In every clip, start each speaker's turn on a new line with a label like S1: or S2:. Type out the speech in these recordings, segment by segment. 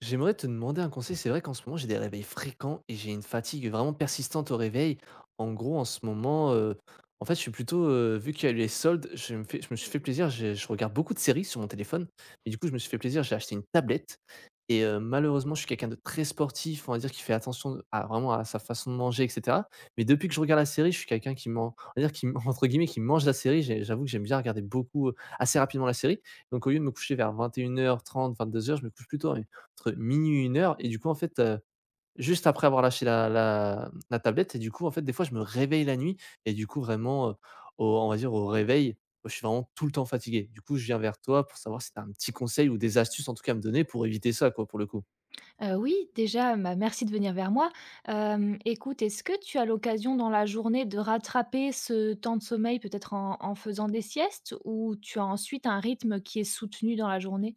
S1: J'aimerais te demander un conseil. C'est vrai qu'en ce moment, j'ai des réveils fréquents et j'ai une fatigue vraiment persistante au réveil. En gros, en ce moment, en fait, je suis plutôt, vu qu'il y a eu les soldes, je me suis fait plaisir. J'ai je regarde beaucoup de séries sur mon téléphone et du coup, je me suis fait plaisir. J'ai acheté une tablette et malheureusement, je suis quelqu'un de très sportif, on va dire, qui fait attention à vraiment à sa façon de manger, et cetera. Mais depuis que je regarde la série, je suis quelqu'un qui man on va dire qui entre guillemets, «qui mange» la série. J'avoue que j'aime bien regarder beaucoup, assez rapidement la série. Donc au lieu de me coucher vers 21:30-22:00, je me couche plutôt à entre minuit et 1h et du coup, en fait, juste après avoir lâché la tablette et du coup, en fait, des fois, je me réveille la nuit et du coup, vraiment, au on va dire au réveil, je suis vraiment tout le temps fatigué. Du coup, je viens vers toi pour savoir si tu as un petit conseil ou des astuces, en tout cas, à me donner pour éviter ça, quoi, pour le coup.
S2: Oui, déjà, bah, merci de venir vers moi. Écoute, est-ce que tu as l'occasion dans la journée de rattraper ce temps de sommeil, peut-être en faisant des siestes ou tu as ensuite un rythme qui est soutenu dans la journée?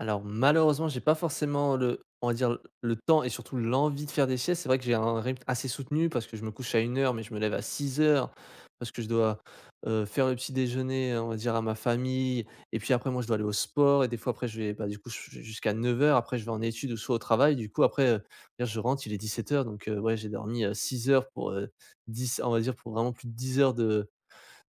S1: Alors malheureusement, j'ai pas forcément le on va dire le temps et surtout l'envie de faire des siestes. C'est vrai que j'ai un rythme assez soutenu parce que je me couche à une heure mais je me lève à 6h parce que je dois, faire le petit déjeuner, on va dire à ma famille et puis après moi je dois aller au sport et des fois après je vais, bah, du coup je jusqu'à 9h après je vais en études ou soit au travail. Du coup après, dire je rentre, il est 17h donc ouais j'ai dormi, 6 heures pour, 10 on va dire pour vraiment plus de 10 heures de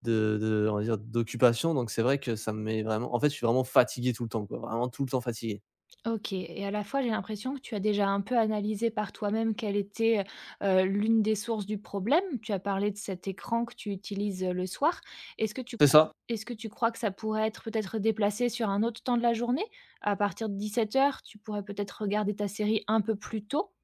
S1: on va dire d'occupation, donc c'est vrai que ça me met vraiment en fait, je suis vraiment fatigué tout le temps, quoi, vraiment tout le temps fatigué.
S2: OK et à la fois, j'ai l'impression que tu as déjà un peu analysé par toi-même quelle était, l'une des sources du problème. Tu as parlé de cet écran que tu utilises, le soir. Est-ce que tu
S1: C'est
S2: crois
S1: ça.
S2: Est-ce que tu crois que ça pourrait être peut-être déplacé sur un autre temps de la journée? À partir de 17 heures, tu pourrais peut-être regarder ta série un peu plus tôt?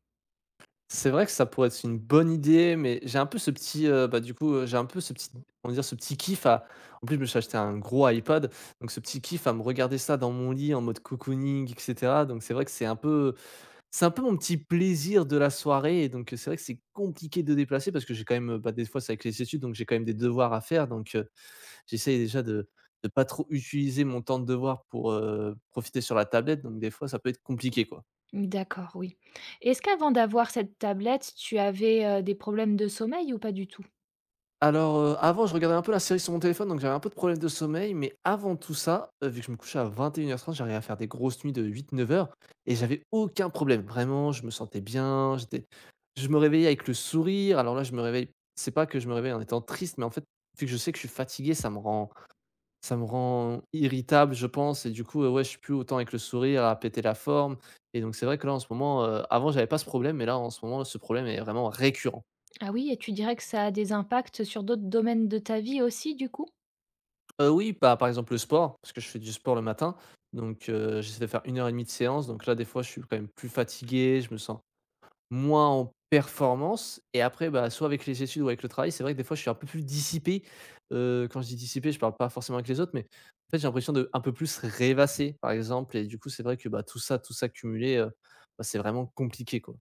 S1: C'est vrai que ça pourrait être une bonne idée, mais j'ai un peu ce petit, bah, du coup, j'ai un peu ce petit on va dire? Ce petit kiff à en plus, je me suis acheté un gros iPad, donc ce petit kiff à me regarder ça dans mon lit en mode cocooning, et cetera, donc c'est vrai que c'est un peu mon petit plaisir de la soirée et donc c'est vrai que c'est compliqué de déplacer parce que j'ai quand même, bah, des fois, c'est avec les études, donc j'ai quand même des devoirs à faire, donc j'essaye déjà de ne pas trop utiliser mon temps de devoir pour, profiter sur la tablette, donc des fois ça peut être compliqué, quoi.
S2: D'accord, oui. Est-ce qu'avant d'avoir cette tablette, tu avais, des problèmes de sommeil ou pas du tout?
S1: Alors, avant je regardais un peu la série sur mon téléphone, donc j'avais un peu de problème de sommeil, mais avant tout ça, vu que je me couchais à 21:30, j'arrivais à faire des grosses nuits de 8-9 heures et j'avais aucun problème. Vraiment, je me sentais bien, j'étais je me réveillais avec le sourire. Alors là, je me réveille c'est pas que je me réveille en étant triste, mais en fait, vu que je sais que je suis fatigué, ça me rend irritable, je pense et du coup, ouais, je suis plus autant avec le sourire à péter la forme et donc c'est vrai que là, en ce moment, avant j'avais pas ce problème, mais là, en ce moment, ce problème est vraiment récurrent.
S2: Ah oui et tu dirais que ça a des impacts sur d'autres domaines de ta vie aussi du coup?
S1: Oui, bah, par exemple le sport, parce que je fais du sport le matin donc j'essaie de faire 1h30 de séance donc là, des fois, je suis quand même plus fatigué, je me sens moins en performance et après, bah, soit avec les études ou avec le travail, c'est vrai que des fois je suis un peu plus dissipé. Quand je dis dissipé, je parle pas forcément avec les autres, mais en fait, j'ai l'impression de un peu plus rêvasser, par exemple et du coup, c'est vrai que, bah, tout ça cumulé, bah, c'est vraiment compliqué, quoi.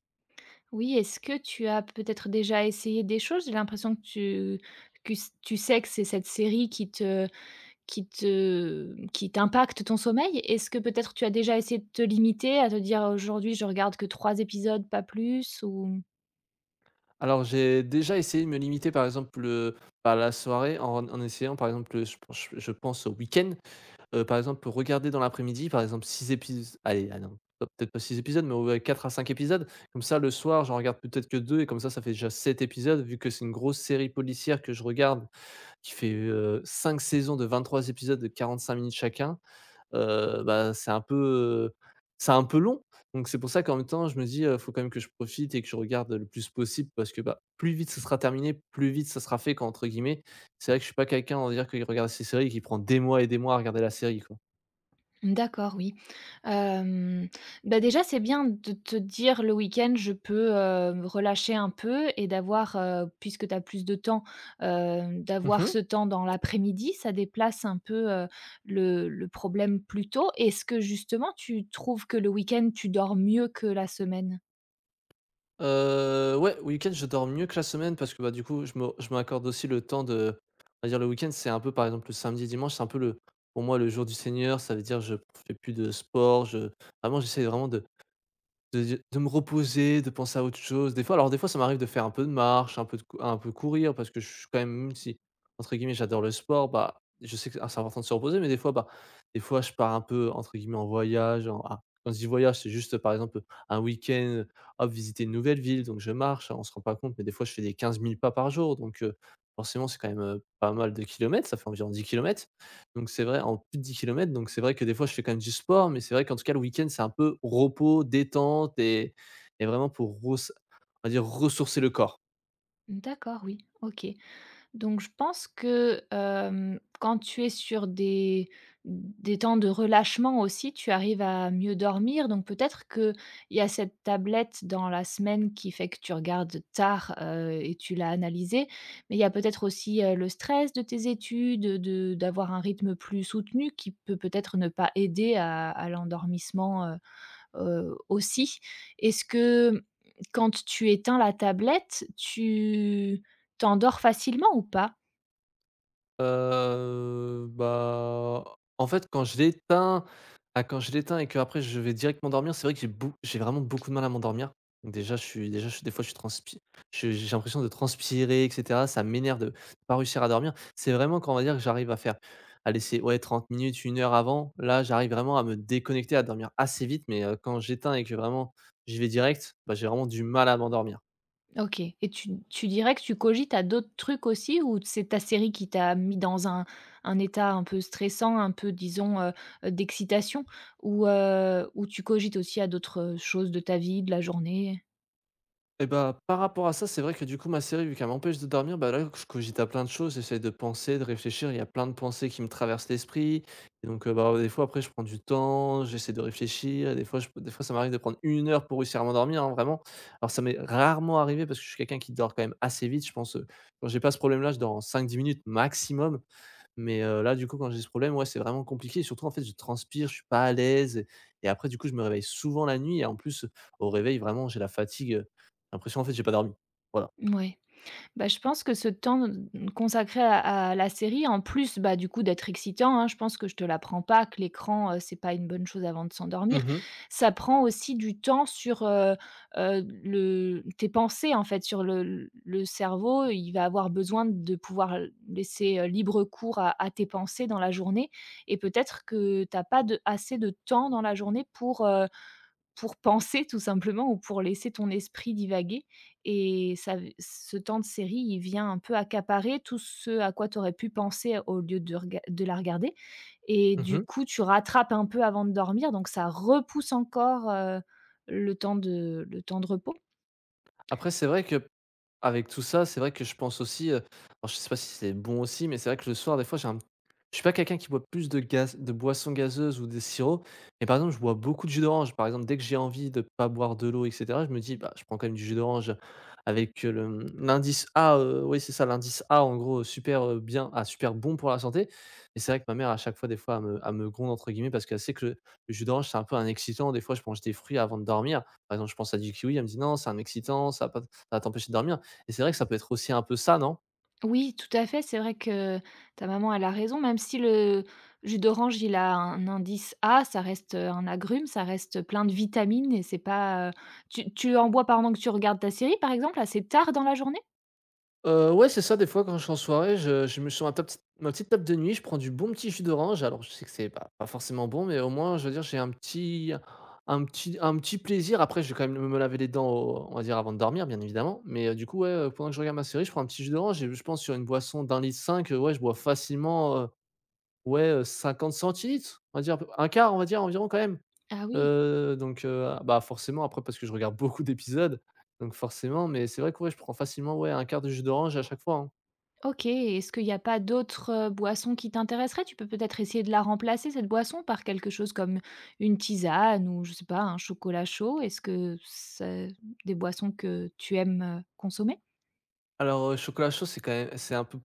S2: Oui, est-ce que tu as peut-être déjà essayé des choses? J'ai l'impression que tu que s tu sais que c'est cette série qui t'impacte ton sommeil. Est-ce que peut-être tu as déjà essayé de te limiter, à te dire: «Aujourd'hui, je regarde que 3 épisodes, pas plus» ou?
S1: Alors j'ai déjà essayé de me limiter, par exemple, bah, la soirée en essayant, par exemple, je pense au week-end. Par exemple, regarder dans l'après-midi, par exemple 6 épis allez, ah non, pas peut-être pas 6 épisodes, mais ouais 4 à 5 épisodes. Comme ça, le soir, j'en regarde peut-être que 2 et comme ça fait déjà 7 épisodes vu que c'est une grosse série policière que je regarde qui fait, 5 saisons de 23 épisodes de 45 minutes chacun, bah, heu, c'est un peu long. Donc c'est pour ça qu'en même temps, je me dis, «Faut quand même que je profite et que je regarde le plus possible» parce que, bah, plus vite ce sera terminé, plus vite ça sera fait quoi, entre guillemets. C'est vrai que je suis pas quelqu'un, on va dire, qui regarde ces séries et qui prend des mois et des mois à regarder la série, quoi.
S2: D'accord, oui. Hem, Bah, déjà, c'est bien de te dire: «Le week-end, je peux, me relâcher un peu» et d'avoir, puisque tu as plus de temps,
S1: Mmh
S2: d'avoir
S1: mh.
S2: ce temps dans l'après-midi. Ça déplace un peu, le problème plus tôt. Est-ce que justement, tu trouves que le week-end, tu dors mieux que la semaine?
S1: Ouais, week-end, je dors mieux que la semaine parce que, bah, du coup, je m'accorde aussi le temps de on va dire le week-end, c'est un peu, par exemple, le samedi et dimanche, c'est un peu le pour moi, le jour du Seigneur. Ça veut dire je fais plus de sport, je vraiment, j'essaie vraiment de me reposer, de penser à autre chose. Des fois ça m'arrive de faire un peu de marche, un peu courir parce que je suis quand même si entre guillemets «j'adore le sport», bah, je sais que c'est important de se reposer, mais des fois, bah, des fois je pars un peu entre guillemets «en voyage», en ah, quand je dis voyage, c'est juste par exemple, un week-end, hop, visiter une nouvelle ville, donc je marche, hein, on se rend pas compte, mais des fois je fais des 15 000 pas par jour, donc forcément c'est quand même, pas mal de kilomètres, ça fait environ 10 kilomètres. Donc c'est vrai en plus de 10 kilomètres, donc c'est vrai que des fois je fais quand même du sport, mais c'est vrai qu'en tout cas le week-end c'est un peu repos, détente et vraiment pour res on va dire ressourcer le corps.
S2: D'accord, oui, OK. Donc je pense que, quand tu es sur des temps de relâchement aussi, tu arrives à mieux dormir. Donc peut-être qu'il y a cette tablette dans la semaine qui fait que tu regardes tard, et tu l'as analysée. Mais il y a peut-être aussi, le stress de tes études, de d'avoir un rythme plus soutenu qui peut-être ne pas aider à l'endormissement, aussi. Est-ce que, quand tu éteins la tablette, tu t'endors facilement ou pas?
S1: Bah, en fait, quand je l'éteins et que après je vais direct m'endormir, c'est vrai que j'ai vraiment beaucoup de mal à m'endormir. Donc déjà, je suis des fois, je j'ai l'impression de transpirer, et cetera. Ça m'énerve de pas réussir à dormir. C'est vraiment quand on va dire que j'arrive à faire, à laisser, ouais, 30 minutes, une heure avant, là, j'arrive vraiment à me déconnecter, à dormir assez vite, mais quand j'éteins et que vraiment j'y vais direct, bah, j'ai vraiment du mal à m'endormir
S2: OK et tu dirais que tu cogites à d'autres trucs aussi ou c'est ta série qui t'a mis dans un état un peu stressant, un peu disons, d'excitation ou tu cogites aussi à d'autres, choses de ta vie, de la journée?
S1: est et bah, par rapport à ça, c'est vrai que du coup, ma série, vu qu'elle m'empêche de dormir, bah là, je cogite à plein de choses, j'essaie de penser, de réfléchir. Il y a plein de pensées qui me traversent l'esprit. Et donc, bah, des fois, après, je prends du temps, j'essaie de réfléchir. Et des fois, des fois ça m'arrive de prendre une heure pour réussir à m'endormir, hein, vraiment. Alors, ça m'est rarement arrivé parce que je suis quelqu'un qui dort quand même assez vite. Je pense, quand j'ai pas ce problème-là, je dors en 5-10 minutes maximum. Mais là, du coup, quand j'ai ce problème, ouais, c'est vraiment compliqué et surtout, en fait, je transpire, je suis pas à l'aise et après, du coup, je me réveille souvent la nuit et en plus, au réveil, vraiment, j'ai la fatigue, l'impression, en fait, j'ai pas dormi. Voilà.
S2: Ouais. Bah, je pense que ce temps consacré à la série, en plus, bah, du coup, d'être excitant, hein, je pense que je te l'apprends pas, que l'écran, c'est pas une bonne chose avant de s'endormir.
S1: Mmh mh.
S2: Ça prend aussi du temps sur, le tes pensées, en fait, sur le cerveau, il va avoir besoin de pouvoir laisser, libre cours à tes pensées dans la journée et peut-être que tu as pas de assez de temps dans la journée pour penser tout simplement ou pour laisser ton esprit divaguer et ça ce temps de série, il vient un peu accaparer tout ce à quoi tu aurais pu penser au lieu de la regarder et du
S1: Mmh.
S2: coup, tu rattrapes un peu avant de dormir donc ça repousse encore, le temps de repos?
S1: Après, c'est vrai que avec tout ça, c'est vrai que je pense aussi, alors je sais pas si c'est bon aussi, mais c'est vrai que le soir, des fois, j'ai un je suis pas quelqu'un qui boit plus de boissons gazeuses ou des sirops, mais par exemple, je bois beaucoup de jus d'orange. Par exemple, dès que j'ai envie de pas boire de l'eau, et cetera, je me dis: «Bah, je prends quand même du jus d'orange avec, l'indice A», oui, c'est ça, l'indice A, en gros, super, bien, ah, super bon pour la santé. Et c'est vrai que ma mère, à chaque fois, des fois, elle me «gronde» entre guillemets parce qu'elle sait que le jus d'orange, c'est un peu un excitant. Des fois, je mange des fruits avant de dormir. Par exemple, je pense à du kiwi, elle me dit: «Non, c'est un excitant, ça va pas, ça va t'empêcher de dormir». Et c'est vrai que ça peut être aussi un peu ça, non?
S2: Oui, tout à fait, c'est vrai que ta maman, elle a raison, même si le jus d'orange, il a un indice A, ça reste, un agrume, ça reste plein de vitamines et c'est pas. Tu en bois pendant que tu regardes ta série, par exemple, assez tard dans la journée?
S1: Ouais, c'est ça, des fois, quand je suis en soirée, je me suis sur ma petite table de nuit, je prends du bon petit jus d'orange. Alors, je sais que c'est pas forcément bon, mais au moins, je veux dire, j'ai un petit plaisir. Après, je vais quand même me laver les dents, au on va dire, avant de dormir, bien évidemment. Mais du coup, ouais, pendant que je regarde ma série, je prends un petit jus d'orange et je pense sur une boisson d'un litre, ouais, je bois facilement, ouais, 50 centilitres, on va dire, un quart, on va dire, environ, quand même.
S2: Ah oui,
S1: Donc, bah, forcément après parce que je regarde beaucoup d'épisodes, donc forcément, mais c'est vrai que ouais, je prends facilement, ouais, un quart de jus d'orange à chaque fois, hein.
S2: OK. Est-ce qu'il n'y a pas d'autres, boissons qui t'intéresseraient? Tu peux peut-être essayer de la remplacer, cette boisson, par quelque chose comme une tisane ou je sais pas, un chocolat chaud. Est-ce que c'est des boissons que tu aimes, consommer?
S1: Alors, chocolat chaud, c'est quand même c'est un peu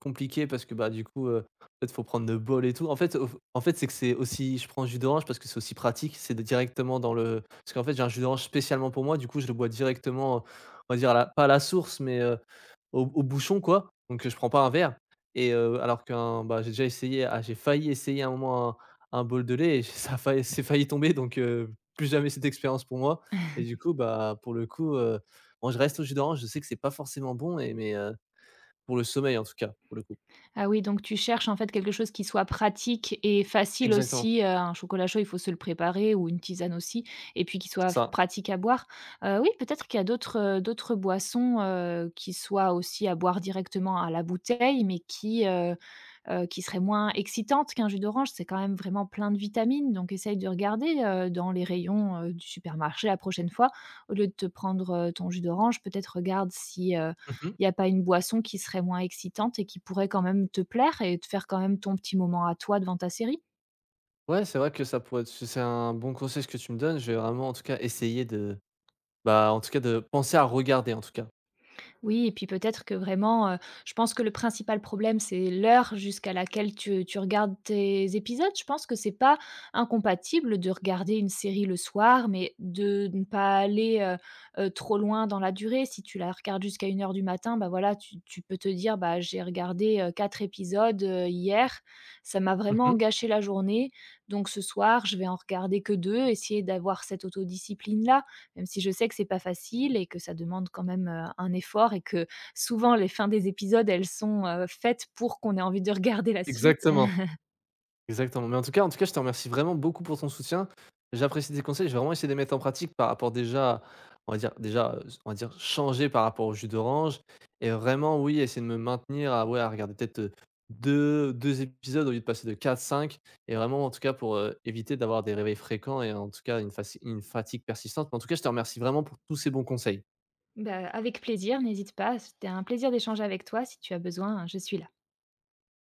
S1: compliqué parce que, bah, du coup, en fait, faut prendre le bol et tout. En fait, c'est que c'est aussi je prends jus d'orange parce que c'est aussi pratique, c'est de directement dans le parce qu'en fait, j'ai un jus d'orange spécialement pour moi, du coup, je le bois directement, on va dire à la, pas à la source, mais, au bouchon, quoi. Donc, je prends pas un verre et alors qu'un, bah, j'ai déjà essayé ah, j'ai failli essayer un moment un bol de lait et ça a failli c'est failli tomber donc, plus jamais cette expérience pour moi et du coup, bah, pour le coup, moi, je reste au jus d'orange, je sais que c'est pas forcément bon et mais, pour le sommeil en tout cas, pour le coup.
S2: Ah oui, donc tu cherches en fait quelque chose qui soit pratique et facile
S1: Exactement,
S2: aussi, un chocolat chaud, il faut se le préparer ou une tisane aussi et puis qui
S1: c'est
S2: soit
S1: ça.
S2: pratique à boire. Oui, peut-être qu'il y a d'autres boissons, qui soient aussi à boire directement à la bouteille mais qui serait moins excitante qu'un jus d'orange. C'est quand même vraiment plein de vitamines, donc essaye de regarder, dans les rayons, du supermarché la prochaine fois. Au lieu de te prendre, ton jus d'orange, peut-être regarde si,
S1: Mmh mh.
S2: il n'y a pas une boisson qui serait moins excitante et qui pourrait quand même te plaire et te faire quand même ton petit moment à toi devant ta série.
S1: Ouais, c'est vrai que ça pourrait être c'est un bon conseil ce que tu me donnes. Je vais vraiment en tout cas essayer de, bah, en tout cas de penser à regarder en tout cas.
S2: Oui et puis peut-être que vraiment, je pense que le principal problème, c'est l'heure jusqu'à laquelle tu regardes tes épisodes. Je pense que c'est pas incompatible de regarder une série le soir, mais de ne pas aller, trop loin dans la durée. Si tu la regardes jusqu'à une heure du matin, bah, voilà, tu peux te dire: «Bah, j'ai regardé, 4 épisodes, hier, ça m'a
S1: Mmh
S2: vraiment
S1: mh.
S2: gâché la journée, donc ce soir, je vais en regarder que 2, essayer d'avoir cette autodiscipline-là. Même si je sais que c'est pas facile et que ça demande quand même, un effort et que souvent les fins des épisodes, elles sont, faites pour qu'on ait envie de regarder la suite.
S1: Exactement. Exactement. Mais en tout cas, je te remercie vraiment beaucoup pour ton soutien. J'apprécie tes conseils, je vais vraiment essayer de les mettre en pratique par rapport déjà, on va dire déjà, on va dire changer par rapport au jus d'orange et vraiment oui, essayer de me maintenir à ouais, à regarder peut-être, deux 2 épisodes au lieu de passer de quatre cinq et vraiment en tout cas pour, éviter d'avoir des réveils fréquents et en tout cas une fatigue persistante. Mais en tout cas, je te remercie vraiment pour tous ces bons conseils.
S2: Bah, avec plaisir, n'hésite pas, c'était un plaisir d'échanger avec toi. Si tu as besoin, je suis là.